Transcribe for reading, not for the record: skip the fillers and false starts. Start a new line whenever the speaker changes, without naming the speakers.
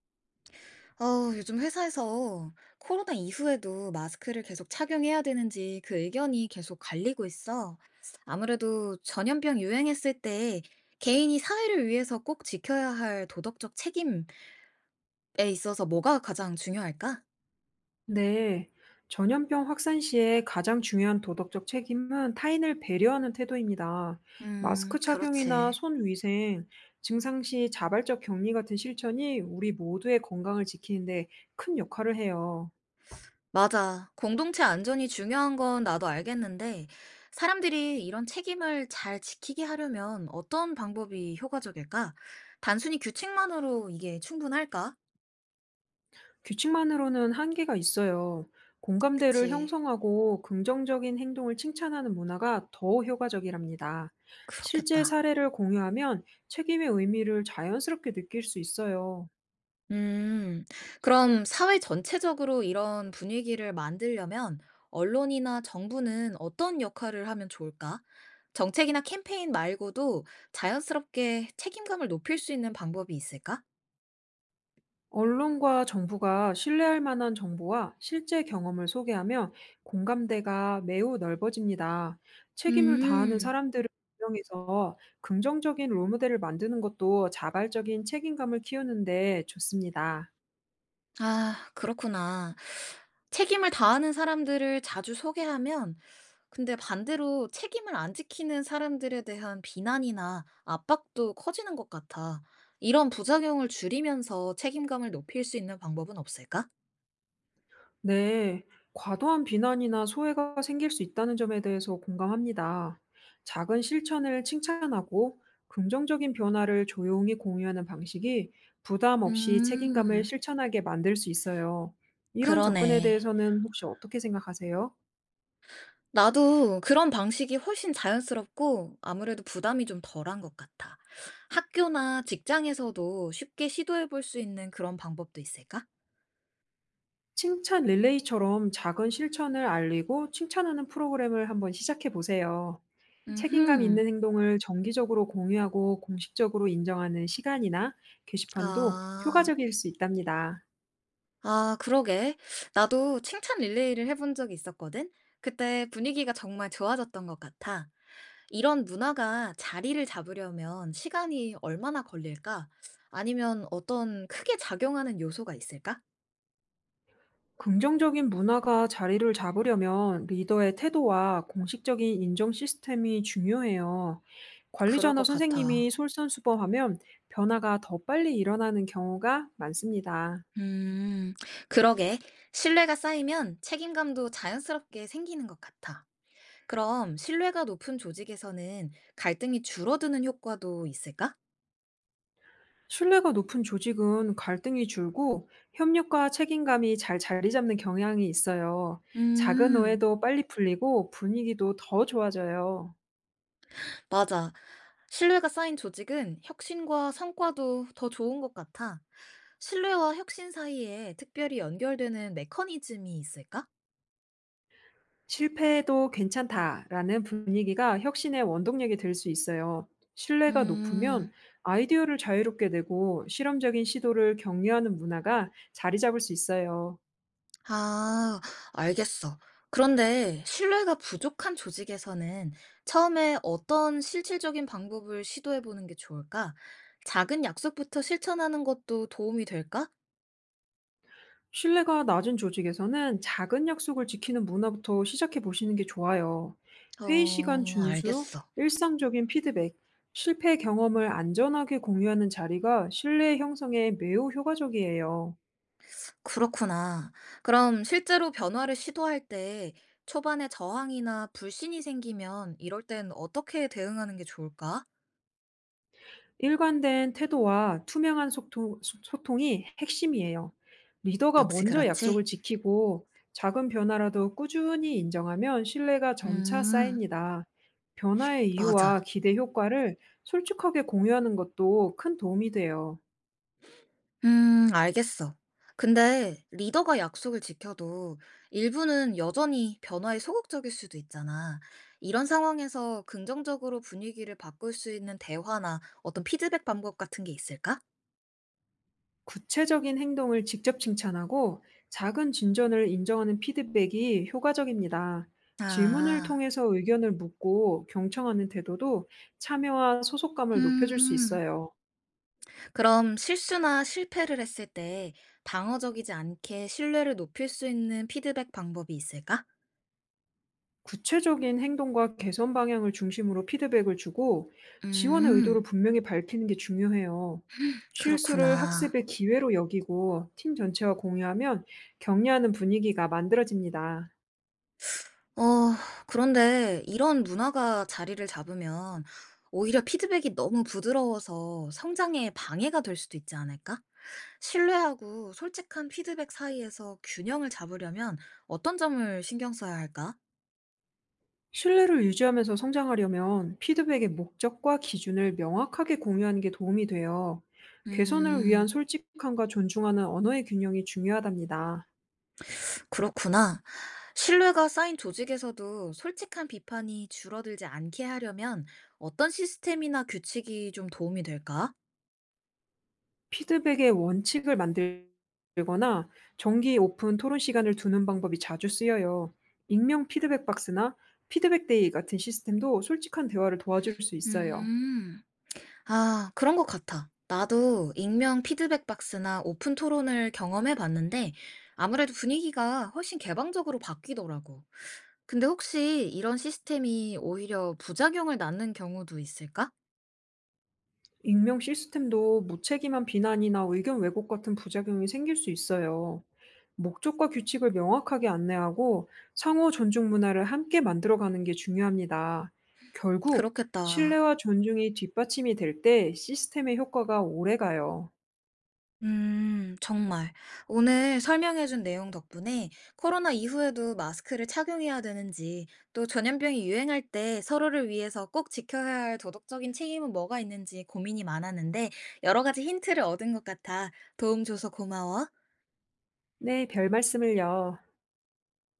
어우, 요즘 회사에서 코로나 이후에도 마스크를 계속 착용해야 되는지 그 의견이 계속 갈리고 있어. 아무래도 전염병 유행했을 때 개인이 사회를 위해서 꼭 지켜야 할 도덕적 책임에 있어서 뭐가 가장 중요할까?
네. 전염병 확산 시에 가장 중요한 도덕적 책임은 타인을 배려하는 태도입니다. 마스크 착용이나
그렇지.
손 위생, 증상 시 자발적 격리 같은 실천이 우리 모두의 건강을 지키는데 큰 역할을 해요.
맞아. 공동체 안전이 중요한 건 나도 알겠는데, 사람들이 이런 책임을 잘 지키게 하려면 어떤 방법이 효과적일까? 단순히 규칙만으로 이게 충분할까?
규칙만으로는 한계가 있어요. 공감대를
그치.
형성하고 긍정적인 행동을 칭찬하는 문화가 더 효과적이랍니다. 실제
그렇겠다.
사례를 공유하면 책임의 의미를 자연스럽게 느낄 수 있어요.
음. 그럼 사회 전체적으로 이런 분위기를 만들려면 언론이나 정부는 어떤 역할을 하면 좋을까? 정책이나 캠페인 말고도 자연스럽게 책임감을 높일 수 있는 방법이 있을까?
언론과 정부가 신뢰할 만한 정보와 실제 경험을 소개하면 공감대가 매우 넓어집니다. 책임을 다하는
음.
사람들을 지명해서 긍정적인 롤모델을 만드는 것도 자발적인 책임감을 키우는데 좋습니다.
아 그렇구나. 책임을 다하는 사람들을 자주 소개하면 근데 반대로 책임을 안 지키는 사람들에 대한 비난이나 압박도 커지는 것 같아. 이런 부작용을 줄이면서 책임감을 높일 수 있는 방법은 없을까?
네, 과도한 비난이나 소외가 생길 수 있다는 점에 대해서 공감합니다. 작은 실천을 칭찬하고 긍정적인 변화를 조용히 공유하는 방식이 부담 없이 책임감을
음,
실천하게 만들 수 있어요. 이런 접근에
그러네.
대해서는 혹시 어떻게 생각하세요?
나도 그런 방식이 훨씬 자연스럽고 아무래도 부담이 좀 덜한 것 같아. 학교나 직장에서도 쉽게 시도해 볼 수 있는 그런 방법도 있을까?
칭찬 릴레이처럼 작은 실천을 알리고 칭찬하는 프로그램을 한번 시작해 보세요. 책임감
음흠.
있는 행동을 정기적으로 공유하고 공식적으로 인정하는 시간이나 게시판도
아.
효과적일 수 있답니다.
아 그러게. 나도 칭찬 릴레이를 해본 적이 있었거든. 그때 분위기가 정말 좋아졌던 것 같아. 이런 문화가 자리를 잡으려면 시간이 얼마나 걸릴까? 아니면 어떤 크게 작용하는 요소가 있을까?
긍정적인 문화가 자리를 잡으려면 리더의 태도와 공식적인 인정 시스템이 중요해요.
그럴
관리자나
것 같아.
선생님이 솔선수범하면 변화가 더 빨리 일어나는 경우가 많습니다.
음. 그러게. 신뢰가 쌓이면 책임감도 자연스럽게 생기는 것 같아. 그럼 신뢰가 높은 조직에서는 갈등이 줄어드는 효과도 있을까?
신뢰가 높은 조직은 갈등이 줄고 협력과 책임감이 잘 자리 잡는 경향이 있어요. 작은
음.
오해도 빨리 풀리고 분위기도 더 좋아져요.
맞아. 신뢰가 쌓인 조직은 혁신과 성과도 더 좋은 것 같아. 신뢰와 혁신 사이에 특별히 연결되는 메커니즘이 있을까?
실패해도 괜찮다라는 분위기가 혁신의 원동력이 될 수 있어요. 신뢰가 높으면
음,
아이디어를 자유롭게 내고 실험적인 시도를 격려하는 문화가 자리 잡을 수 있어요.
아, 알겠어. 그런데 신뢰가 부족한 조직에서는 처음에 어떤 실질적인 방법을 시도해 보는 게 좋을까? 작은 약속부터 실천하는 것도 도움이 될까?
신뢰가 낮은 조직에서는 작은 약속을 지키는 문화부터 시작해 보시는 게 좋아요. 회의 시간
어,
준수,
알겠어.
일상적인 피드백, 실패 경험을 안전하게 공유하는 자리가 신뢰 형성에 매우 효과적이에요.
그렇구나. 그럼 실제로 변화를 시도할 때 초반에 저항이나 불신이 생기면 이럴 땐 어떻게 대응하는 게 좋을까?
일관된 태도와 투명한 소통, 소통이 핵심이에요. 리더가
역시
먼저
그렇지?
약속을 지키고 작은 변화라도 꾸준히 인정하면 신뢰가 점차
음,
쌓입니다. 변화의 이유와
맞아.
기대 효과를 솔직하게 공유하는 것도 큰 도움이 돼요.
알겠어. 근데 리더가 약속을 지켜도 일부는 여전히 변화에 소극적일 수도 있잖아. 이런 상황에서 긍정적으로 분위기를 바꿀 수 있는 대화나 어떤 피드백 방법 같은 게 있을까?
구체적인 행동을 직접 칭찬하고 작은 진전을 인정하는 피드백이 효과적입니다. 질문을
아,
통해서 의견을 묻고 경청하는 태도도 참여와 소속감을 높여줄 수
음.
있어요.
그럼 실수나 실패를 했을 때 방어적이지 않게 신뢰를 높일 수 있는 피드백 방법이 있을까?
구체적인 행동과 개선 방향을 중심으로 피드백을 주고 지원의
음,
의도를 분명히 밝히는 게 중요해요. 실수를
그렇구나.
학습의 기회로 여기고 팀 전체와 공유하면 격려하는 분위기가 만들어집니다.
어, 그런데 이런 문화가 자리를 잡으면 오히려 피드백이 너무 부드러워서 성장에 방해가 될 수도 있지 않을까? 신뢰하고 솔직한 피드백 사이에서 균형을 잡으려면 어떤 점을 신경 써야 할까?
신뢰를 유지하면서 성장하려면 피드백의 목적과 기준을 명확하게 공유하는 게 도움이 돼요. 개선을 위한
음.
솔직함과 존중하는 언어의 균형이 중요하답니다.
그렇구나. 신뢰가 쌓인 조직에서도 솔직한 비판이 줄어들지 않게 하려면 어떤 시스템이나 규칙이 좀 도움이 될까?
피드백의 원칙을 만들거나 정기 오픈 토론 시간을 두는 방법이 자주 쓰여요. 익명 피드백 박스나 피드백 데이 같은 시스템도 솔직한 대화를 도와줄 수 있어요.
음, 아, 그런 것 같아. 나도 익명 피드백 박스나 오픈 토론을 경험해 봤는데 아무래도 분위기가 훨씬 개방적으로 바뀌더라고. 근데 혹시 이런 시스템이 오히려 부작용을 낳는 경우도 있을까?
익명 시스템도 무책임한 비난이나 의견 왜곡 같은 부작용이 생길 수 있어요. 목적과 규칙을 명확하게 안내하고 상호 존중 문화를 함께 만들어가는 게 중요합니다. 결국
그렇겠다.
신뢰와 존중이 뒷받침이 될 때 시스템의 효과가 오래 가요.
정말. 오늘 설명해준 내용 덕분에 코로나 이후에도 마스크를 착용해야 되는지, 또 전염병이 유행할 때 서로를 위해서 꼭 지켜야 할 도덕적인 책임은 뭐가 있는지 고민이 많았는데, 여러 가지 힌트를 얻은 것 같아. 도움 줘서 고마워.
네, 별 말씀을요.